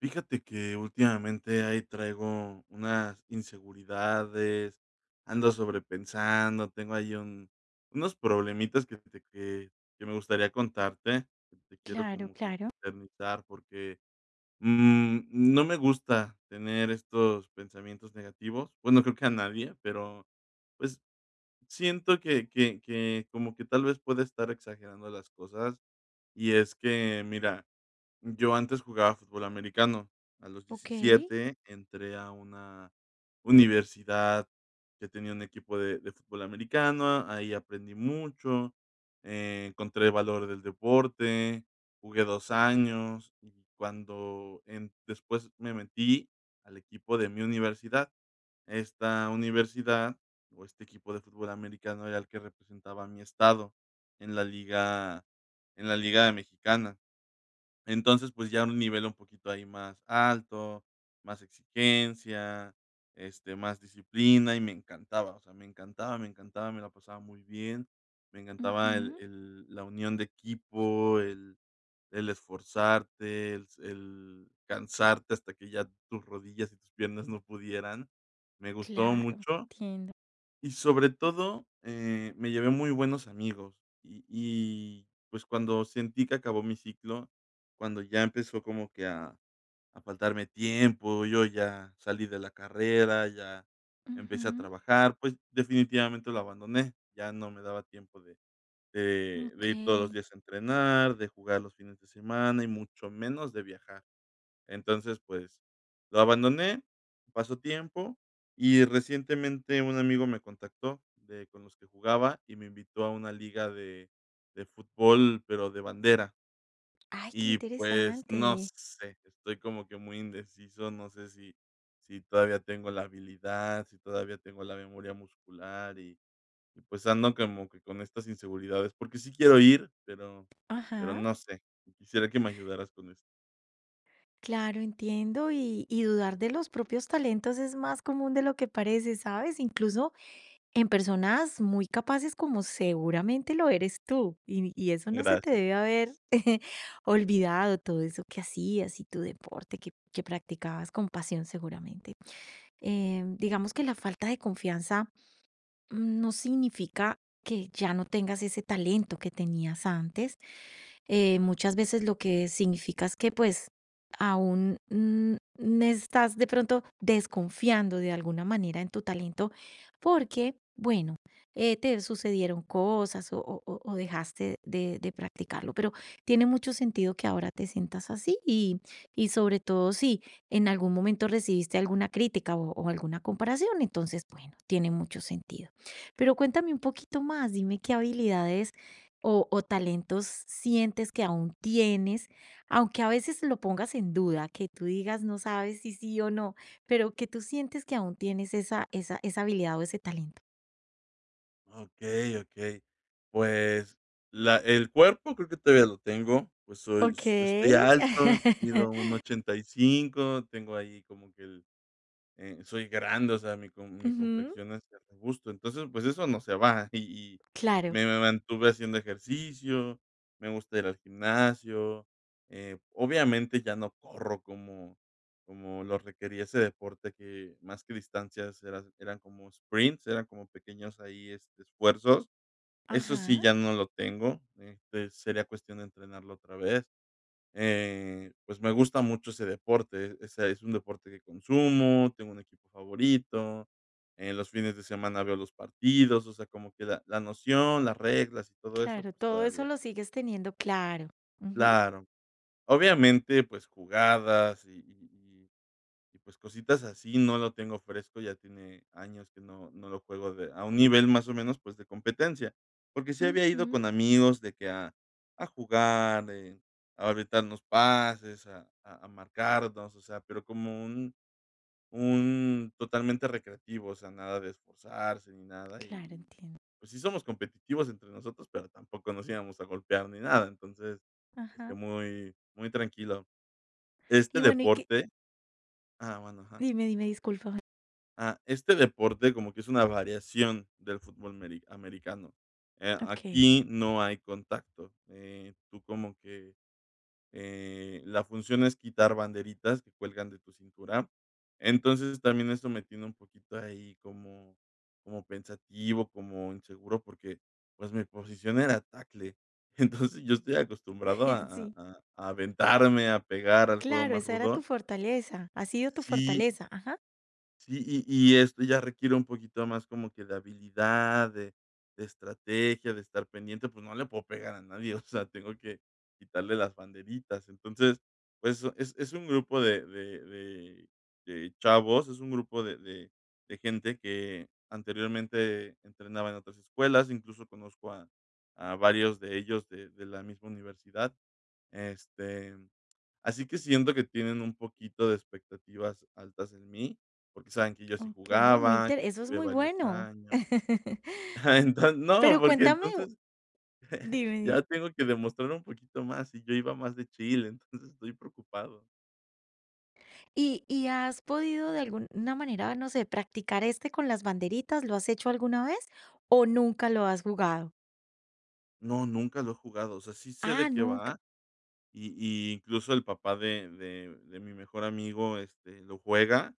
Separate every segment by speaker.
Speaker 1: Fíjate que últimamente ahí traigo unas inseguridades, ando sobrepensando, tengo ahí un unos problemitas que me gustaría contarte, que te quiero
Speaker 2: Claro,
Speaker 1: como que
Speaker 2: claro.
Speaker 1: externizar porque, mm, no me gusta tener estos pensamientos negativos. Bueno, creo que a nadie, pero, pues, siento que como que tal vez pueda estar exagerando las cosas, y es que, mira, yo antes jugaba fútbol americano. A los
Speaker 2: Ok.
Speaker 1: 17 entré a una universidad que tenía un equipo de fútbol americano, ahí aprendí mucho, encontré el valor del deporte, jugué 2 años, y cuando en después me metí al equipo de mi universidad. Esta universidad, o este equipo de fútbol americano era el que representaba a mi estado en la liga, en la liga mexicana. Entonces, pues, ya un nivel un poquito ahí más alto, más exigencia, más disciplina, y me encantaba, o sea, me encantaba, me encantaba, me la pasaba muy bien. Me encantaba
Speaker 2: Ujú.
Speaker 1: el la unión de equipo, el esforzarte, el cansarte hasta que ya tus rodillas y tus piernas no pudieran. Me gustó
Speaker 2: Claro,
Speaker 1: mucho.
Speaker 2: entiendo.
Speaker 1: Y sobre todo, me llevé muy buenos amigos. Y, pues, cuando sentí que acabó mi ciclo, cuando ya empezó como que a faltarme tiempo, yo ya salí de la carrera, ya empecé a
Speaker 2: Ujú.
Speaker 1: trabajar, pues, definitivamente lo abandoné. Ya no me daba tiempo de
Speaker 2: Ok.
Speaker 1: ir todos los días a entrenar, de jugar los fines de semana y mucho menos de viajar. Entonces, pues, lo abandoné, pasó tiempo y recientemente un amigo me contactó de con los que jugaba y me invitó a una liga de fútbol, pero de bandera.
Speaker 2: Ay, qué
Speaker 1: Y, pues, no
Speaker 2: interesante.
Speaker 1: sé, estoy como que muy indeciso, no sé si todavía tengo la habilidad, si todavía tengo la memoria muscular y, pues, ando como que con estas inseguridades, porque sí quiero ir, pero
Speaker 2: Ajá.
Speaker 1: no sé. Quisiera que me ayudaras con esto.
Speaker 2: Claro, entiendo. Y dudar de los propios talentos es más común de lo que parece, ¿sabes? Incluso en personas muy capaces como seguramente lo eres tú. Y eso no se te
Speaker 1: Gracias.
Speaker 2: debe haber olvidado, todo eso que hacías y tu deporte que practicabas con pasión seguramente. Digamos que la falta de confianza no significa que ya no tengas ese talento que tenías antes. Muchas veces lo que significa es que pues aún estás de pronto desconfiando de alguna manera en tu talento porque, bueno, te sucedieron cosas o dejaste de practicarlo, pero tiene mucho sentido que ahora te sientas así y sobre todo si en algún momento recibiste alguna crítica o alguna comparación, entonces, bueno, tiene mucho sentido. Pero cuéntame un poquito más, dime qué habilidades o talentos sientes que aún tienes, aunque a veces lo pongas en duda, que tú digas no sabes si sí o no, pero que tú sientes que aún tienes esa habilidad o ese talento.
Speaker 1: Okey, okey. Pues, la el cuerpo creo que todavía lo tengo, pues
Speaker 2: Ok.
Speaker 1: estoy alto, mido un ochenta y cinco tengo ahí como que el soy grande, o sea, mi
Speaker 2: Ujú.
Speaker 1: complexión es de robusto. Entonces, pues, eso no se va, y
Speaker 2: Claro.
Speaker 1: me mantuve haciendo ejercicio, me gusta ir al gimnasio, obviamente ya no corro como lo requería ese deporte, que más que distancias eras eran como sprints, eran como pequeños ahí, esfuerzos. Eso sí,
Speaker 2: Ajá.
Speaker 1: ya no lo tengo, sería cuestión de entrenarlo otra vez. Pues me gusta mucho ese deporte, ese es un deporte que consumo, tengo un equipo favorito, en los fines de semana veo los partidos, o sea, como que la noción, las reglas y todo eso,
Speaker 2: Claro,
Speaker 1: pues
Speaker 2: todo eso
Speaker 1: todavía.
Speaker 2: lo sigues teniendo claro. Ujú,
Speaker 1: Claro. Obviamente, pues jugadas y y pues cositas así, no lo tengo fresco, ya tiene años que no lo juego de a un nivel más o menos, pues, de competencia, porque sí había ido
Speaker 2: ujú.
Speaker 1: con amigos de que a jugar, a aventarnos pases, a marcarnos, o sea, pero como un totalmente recreativo, o sea, nada de esforzarse ni nada, y
Speaker 2: Claro,
Speaker 1: y,
Speaker 2: entiendo.
Speaker 1: pues, sí somos competitivos entre nosotros, pero tampoco nos íbamos a golpear ni nada, entonces, pues, que
Speaker 2: Ajá.
Speaker 1: muy muy tranquilo. Este
Speaker 2: Y bueno, y que,
Speaker 1: deporte Ah, bueno, ajá.
Speaker 2: dime, dime, disculpa.
Speaker 1: Ah, este deporte como que es una variación del americano.
Speaker 2: Ok,
Speaker 1: Aquí no hay contacto. Tú como que la función es quitar banderitas que cuelgan de tu cintura. Entonces también esto me tiene un poquito ahí como, como pensativo, como inseguro, porque pues mi posición era tackle. Entonces yo estoy acostumbrado a,
Speaker 2: sí.
Speaker 1: a aventarme, a pegar al juego
Speaker 2: Claro,
Speaker 1: más
Speaker 2: esa era tu
Speaker 1: rudo.
Speaker 2: fortaleza, ha sido tu
Speaker 1: Sí,
Speaker 2: fortaleza, ajá.
Speaker 1: sí, y esto ya requiere un poquito más como que de habilidad, de estrategia, de estar pendiente, pues, no le puedo pegar a nadie, o sea, tengo que quitarle las banderitas. Entonces, pues, es un grupo de chavos, es un grupo de gente que anteriormente entrenaba en otras escuelas, incluso conozco a varios de ellos de la misma universidad. Este, Así que siento que tienen un poquito de expectativas altas en mí, porque saben que yo sí
Speaker 2: Okey, muy
Speaker 1: jugaba,
Speaker 2: inter
Speaker 1: que
Speaker 2: eso es
Speaker 1: estuve
Speaker 2: muy
Speaker 1: varios
Speaker 2: bueno.
Speaker 1: años. Enton No,
Speaker 2: Pero
Speaker 1: porque
Speaker 2: cuéntame,
Speaker 1: entonces
Speaker 2: dime,
Speaker 1: ya
Speaker 2: dime.
Speaker 1: tengo que demostrar un poquito más, y yo iba más de Chile, entonces estoy preocupado.
Speaker 2: ¿Y has podido de alguna manera, no sé, practicar este con las banderitas? ¿Lo has hecho alguna vez o nunca lo has jugado?
Speaker 1: No, nunca lo he jugado, o sea, sí sé de
Speaker 2: Ah,
Speaker 1: qué
Speaker 2: nunca.
Speaker 1: va, y incluso el papá de mi mejor amigo, lo juega.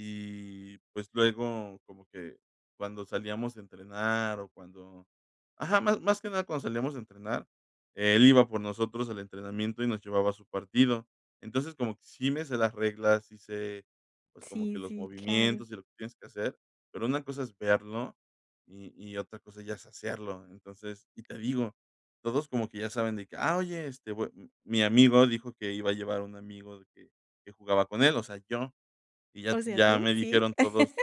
Speaker 1: Y, pues, luego como que cuando salíamos a entrenar o cuando ajá, más que nada cuando salíamos a entrenar, él iba por nosotros al entrenamiento y nos llevaba a su partido. Entonces, como que sí me sé las reglas, sí sé, pues, como que
Speaker 2: Sí,
Speaker 1: los
Speaker 2: sí, claro.
Speaker 1: movimientos y lo que tienes que hacer, pero una cosa es verlo y otra cosa ya es hacerlo. Entonces y te digo, todos como que ya saben de que: "Ah, oye, este, bue". Mi amigo dijo que iba a llevar a un amigo de que jugaba con él, o sea, yo. Y ya
Speaker 2: O sea,
Speaker 1: ya
Speaker 2: ¿tú?
Speaker 1: me
Speaker 2: ¿Sí?
Speaker 1: dijeron todos,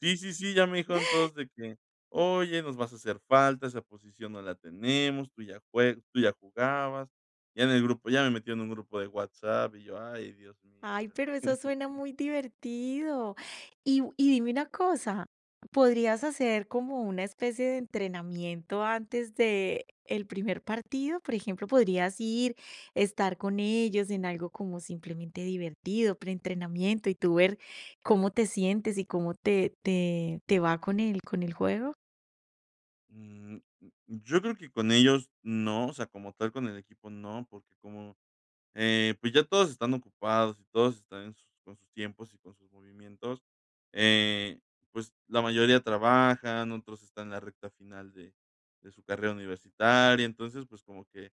Speaker 1: sí, sí, sí, ya me dijeron todos de que: "Oye, nos vas a hacer falta, esa posición no la tenemos, tú ya jugabas". Ya en el grupo ya me metieron en un grupo de WhatsApp y yo: "Ay, Dios mío",
Speaker 2: Ay,
Speaker 1: pero
Speaker 2: pero eso suena muy divertido. Y dime una cosa, ¿podrías hacer como una especie de entrenamiento antes de el primer partido? Por ejemplo, podrías ir, estar con ellos en algo como simplemente divertido, preentrenamiento, y tú ver cómo te sientes y cómo te va con el juego.
Speaker 1: mm, yo creo que con ellos no, o sea, como tal con el equipo no, porque como pues ya todos están ocupados y todos están en sus con sus tiempos y con sus movimientos. Eh, pues la mayoría trabajan, otros están en la recta final de su carrera universitaria. Entonces, pues como que,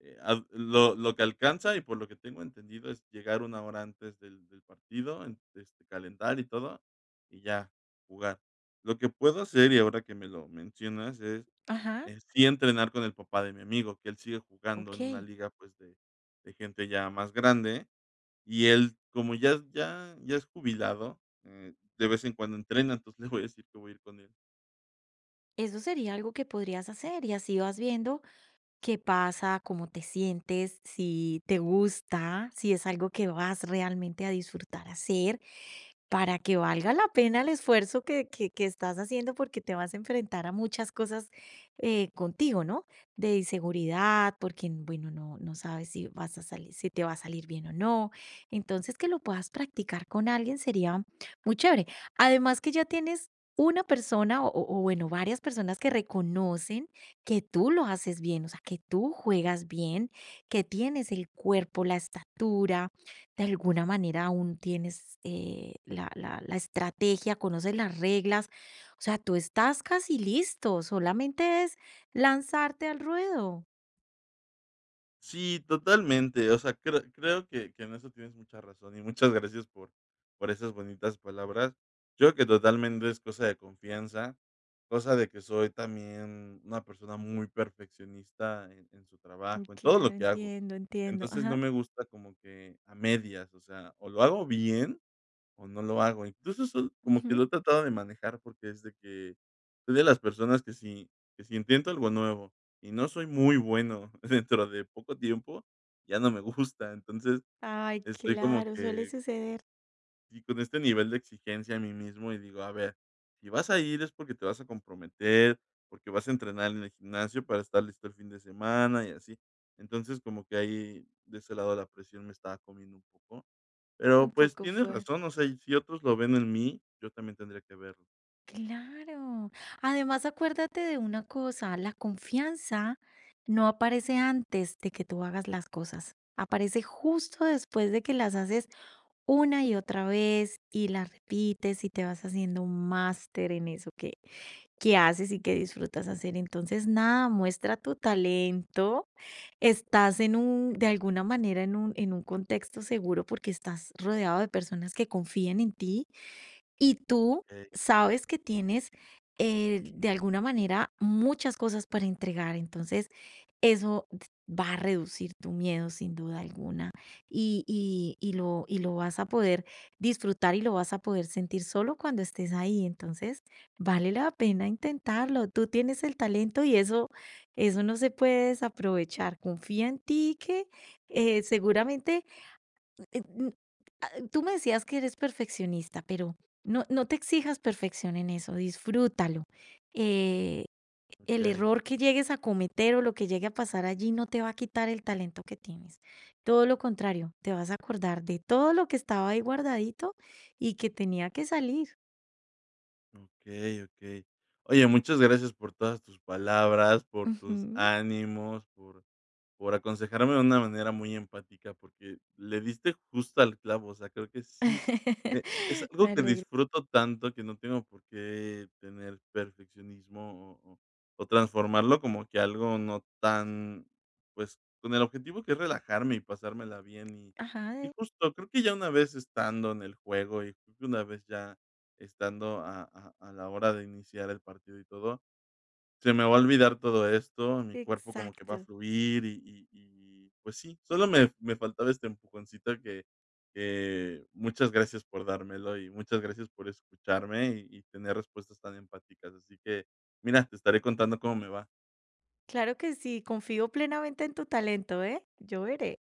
Speaker 1: ad lo que alcanza y por lo que tengo entendido es llegar una hora antes del partido, calentar y todo, y ya jugar. Lo que puedo hacer, y ahora que me lo mencionas, es
Speaker 2: Ajá,
Speaker 1: sí entrenar con el papá de mi amigo, que él sigue jugando en una
Speaker 2: ok.
Speaker 1: liga, pues, de gente ya más grande, y él, como ya es jubilado, de vez en cuando entrena, entonces le voy a decir que voy a ir con él.
Speaker 2: Eso sería algo que podrías hacer y así vas viendo. ¿Qué pasa? ¿Cómo te sientes? Si te gusta, si es algo que vas realmente a disfrutar hacer para que valga la pena el esfuerzo que estás haciendo porque te vas a enfrentar a muchas cosas contigo, ¿no? De inseguridad, porque, bueno, no sabes si vas a salir, si te va a salir bien o no. Entonces, que lo puedas practicar con alguien sería muy chévere. Además que ya tienes una persona o, bueno, varias personas que reconocen que tú lo haces bien, o sea, que tú juegas bien, que tienes el cuerpo, la estatura, de alguna manera aún tienes la estrategia, conoces las reglas, o sea, tú estás casi listo, solamente es lanzarte al ruedo.
Speaker 1: Sí, totalmente, o sea, creo que en eso tienes mucha razón, y muchas gracias por esas bonitas palabras. Yo creo que totalmente es cosa de confianza, cosa de que soy también una persona muy perfeccionista en su
Speaker 2: Mm.
Speaker 1: trabajo, en todo lo
Speaker 2: Claro,
Speaker 1: que hago.
Speaker 2: entiendo, entiendo.
Speaker 1: Entonces, no
Speaker 2: Ajá.
Speaker 1: me gusta como que a medias, o sea, o lo hago bien o no lo hago. Incluso eso como que
Speaker 2: Ujú.
Speaker 1: lo he tratado de manejar porque es de que soy de las personas que si intento algo nuevo y no soy muy bueno dentro de poco tiempo, ya no me gusta. Entonces,
Speaker 2: Ay,
Speaker 1: estoy como
Speaker 2: claro, suele
Speaker 1: que
Speaker 2: suceder
Speaker 1: y con este nivel de exigencia a mí mismo, y digo: "A ver, si vas a ir es porque te vas a comprometer, porque vas a entrenar en el gimnasio para estar listo el fin de semana", y así. Entonces, como que ahí, de ese lado la presión me estaba comiendo un poco. Pero,
Speaker 2: un
Speaker 1: pues,
Speaker 2: poco
Speaker 1: tienes
Speaker 2: fuerte.
Speaker 1: razón, o sea, y si otros lo ven en mí, yo también tendría que verlo.
Speaker 2: Claro. Además, acuérdate de una cosa, la confianza no aparece antes de que tú hagas las cosas, aparece justo después de que las haces una y otra vez y la repites y te vas haciendo un máster en eso que haces y que disfrutas hacer. Entonces, nada, muestra tu talento. Estás en un, de alguna manera, en un contexto seguro porque estás rodeado de personas que confían en ti y tú
Speaker 1: Okey,
Speaker 2: sabes que tienes, de alguna manera, muchas cosas para entregar, entonces eso va a reducir tu miedo sin duda alguna y lo vas a poder disfrutar y lo vas a poder sentir solo cuando estés ahí, entonces vale la pena intentarlo, tú tienes el talento y eso no se puede desaprovechar, confía en ti que seguramente eh, mm, tú me decías que eres perfeccionista, pero no, no te exijas perfección en eso, disfrútalo. Eh, el
Speaker 1: okey,
Speaker 2: error que llegues a cometer o lo que llegue a pasar allí no te va a quitar el talento que tienes. Todo lo contrario, te vas a acordar de todo lo que estaba ahí guardadito y que tenía que salir.
Speaker 1: okey, okey. Oye, muchas gracias por todas tus palabras, por tus
Speaker 2: Ujú.
Speaker 1: ánimos, por aconsejarme de una manera muy empática, porque le diste justo al clavo, o sea, creo que sí, e es algo
Speaker 2: Me
Speaker 1: que
Speaker 2: alegro.
Speaker 1: disfruto tanto que no tengo por qué tener perfeccionismo o transformarlo como que algo no tan, pues, con el objetivo que es relajarme y pasármela bien, y
Speaker 2: Ajá,
Speaker 1: y justo creo que ya una vez estando en el juego, y creo que una vez ya estando a la hora de iniciar el partido y todo, se me va a olvidar todo esto, mi cuerpo como que va a
Speaker 2: exacto.
Speaker 1: fluir y, pues sí, solo me faltaba este empujoncito que muchas gracias por dármelo y muchas gracias por escucharme y tener respuestas tan empáticas. Así que, mira, te estaré contando cómo me va.
Speaker 2: Claro que sí, confío plenamente en tu talento, ¿eh? Yo veré.